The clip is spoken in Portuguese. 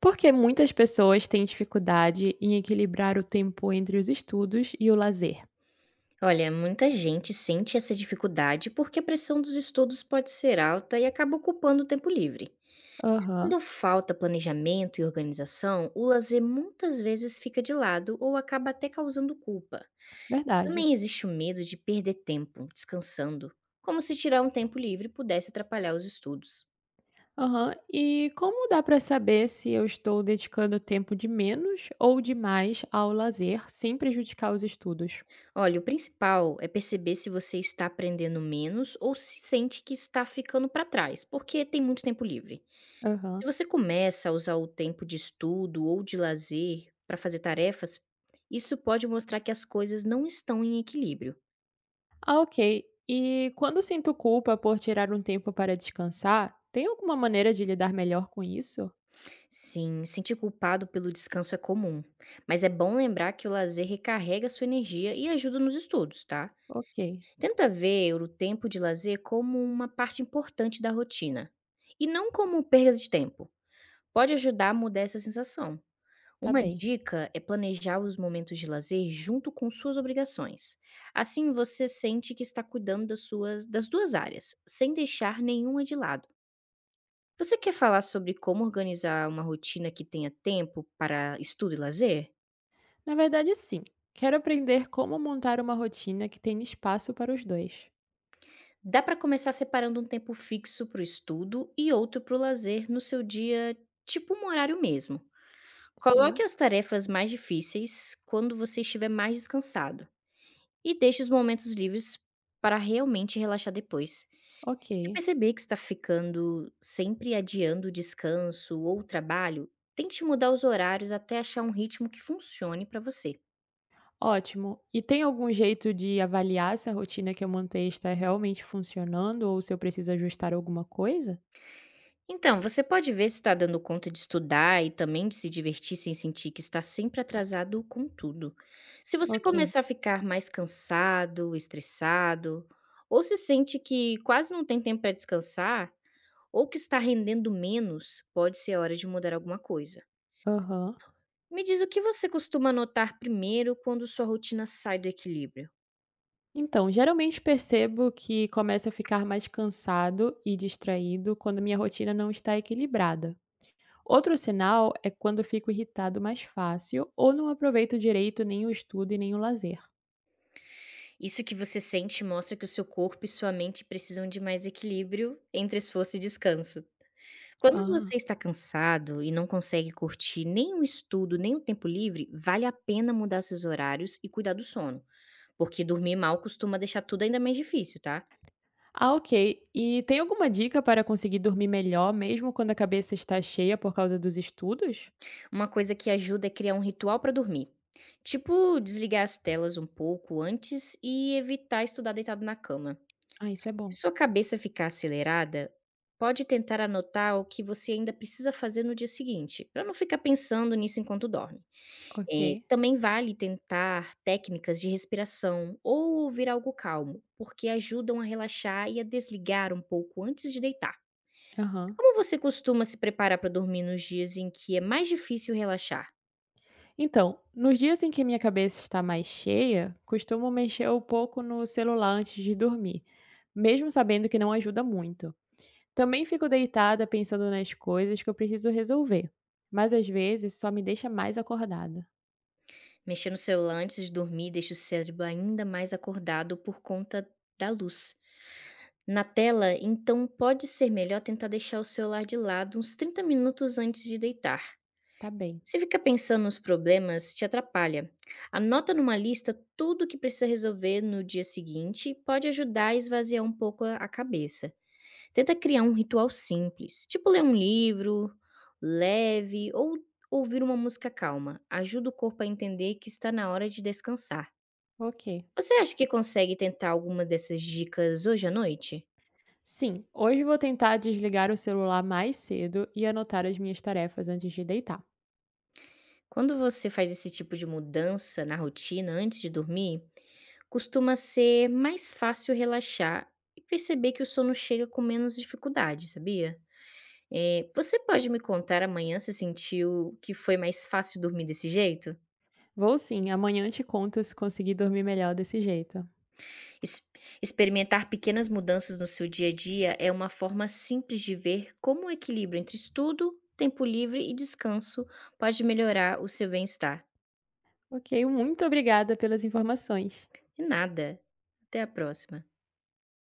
Porque muitas pessoas têm dificuldade em equilibrar o tempo entre os estudos e o lazer. Olha, muita gente sente essa dificuldade porque a pressão dos estudos pode ser alta e acaba ocupando o tempo livre. Aham, Quando falta planejamento e organização, o lazer muitas vezes fica de lado ou acaba até causando culpa. verdade. Também existe o medo de perder tempo descansando, como se tirar um tempo livre pudesse atrapalhar os estudos. Aham. E como dá para saber se eu estou dedicando tempo de menos ou de mais ao lazer, sem prejudicar os estudos? Olha, o principal é perceber se você está aprendendo menos ou se sente que está ficando para trás, porque tem muito tempo livre. Se Aham. você começa a usar o tempo de estudo ou de lazer para fazer tarefas, isso pode mostrar que as coisas não estão em equilíbrio. Ah, ok. E quando sinto culpa por tirar um tempo para descansar, tem alguma maneira de lidar melhor com isso? Sim, sentir culpado pelo descanso é comum, mas é bom lembrar que o lazer recarrega sua energia e ajuda nos estudos, tá? Ok, Tenta ver o tempo de lazer como uma parte importante da rotina e não como perda de tempo. Pode ajudar a mudar essa sensação. tá Uma bem. dica é planejar os momentos de lazer junto com suas obrigações. Assim você sente que está cuidando das duas áreas, sem deixar nenhuma de lado. Você quer falar sobre como organizar uma rotina que tenha tempo para estudo e lazer? Na verdade, sim. Quero aprender como montar uma rotina que tenha espaço para os dois. Dá para começar separando um tempo fixo para o estudo e outro para o lazer no seu dia, tipo um horário mesmo. Coloque Sim, as tarefas mais difíceis quando você estiver mais descansado e deixe os momentos livres para realmente relaxar depois. ok. Se perceber que está ficando sempre adiando o descanso ou o trabalho, tente mudar os horários até achar um ritmo que funcione para você. Ótimo. E tem algum jeito de avaliar se a rotina que eu montei está realmente funcionando ou se eu preciso ajustar alguma coisa? Então, você pode ver se está dando conta de estudar e também de se divertir sem sentir que está sempre atrasado com tudo. Se você Ok. começar a ficar mais cansado, estressado, ou se sente que quase não tem tempo para descansar, ou que está rendendo menos, pode ser a hora de mudar alguma coisa. Aham. Me diz o que você costuma notar primeiro quando sua rotina sai do equilíbrio? Então, geralmente percebo que começo a ficar mais cansado e distraído quando minha rotina não está equilibrada. Outro sinal é quando fico irritado mais fácil ou não aproveito direito nem o estudo e nem o lazer. Isso que você sente mostra que o seu corpo e sua mente precisam de mais equilíbrio entre esforço e descanso. Quando Ah. você está cansado e não consegue curtir nem o estudo, nem o tempo livre, vale a pena mudar seus horários e cuidar do sono, porque dormir mal costuma deixar tudo ainda mais difícil, tá? Ah, ok. E tem alguma dica para conseguir dormir melhor, mesmo quando a cabeça está cheia por causa dos estudos? Uma coisa que ajuda é criar um ritual para dormir. Tipo, desligar as telas um pouco antes e evitar estudar deitado na cama. Ah, isso é bom. Se sua cabeça ficar acelerada, pode tentar anotar o que você ainda precisa fazer no dia seguinte, para não ficar pensando nisso enquanto dorme. Ok. Também vale tentar técnicas de respiração ou ouvir algo calmo, porque ajudam a relaxar e a desligar um pouco antes de deitar. Aham. Como você costuma se preparar para dormir nos dias em que é mais difícil relaxar? Então, nos dias em que minha cabeça está mais cheia, costumo mexer um pouco no celular antes de dormir, mesmo sabendo que não ajuda muito. Também fico deitada pensando nas coisas que eu preciso resolver, mas às vezes só me deixa mais acordada. Mexer no celular antes de dormir deixa o cérebro ainda mais acordado por conta da luz. Na tela, então pode ser melhor tentar deixar o celular de lado uns 30 minutos antes de deitar. Tá bem. Se ficar pensando nos problemas, te atrapalha. Anota numa lista tudo o que precisa resolver no dia seguinte, pode ajudar a esvaziar um pouco a cabeça. Tenta criar um ritual simples, tipo ler um livro leve ou ouvir uma música calma. Ajuda o corpo a entender que está na hora de descansar. Ok. Você acha que consegue tentar alguma dessas dicas hoje à noite? Sim, hoje vou tentar desligar o celular mais cedo e anotar as minhas tarefas antes de deitar. Quando você faz esse tipo de mudança na rotina antes de dormir, costuma ser mais fácil relaxar e perceber que o sono chega com menos dificuldade, sabia? Você pode me contar amanhã se sentiu que foi mais fácil dormir desse jeito? Vou sim, amanhã te conto se consegui dormir melhor desse jeito. Ex- Experimentar pequenas mudanças no seu dia a dia é uma forma simples de ver como o equilíbrio entre estudo, tempo livre e descanso pode melhorar o seu bem-estar. Ok, muito obrigada pelas informações. E nada. Até a próxima.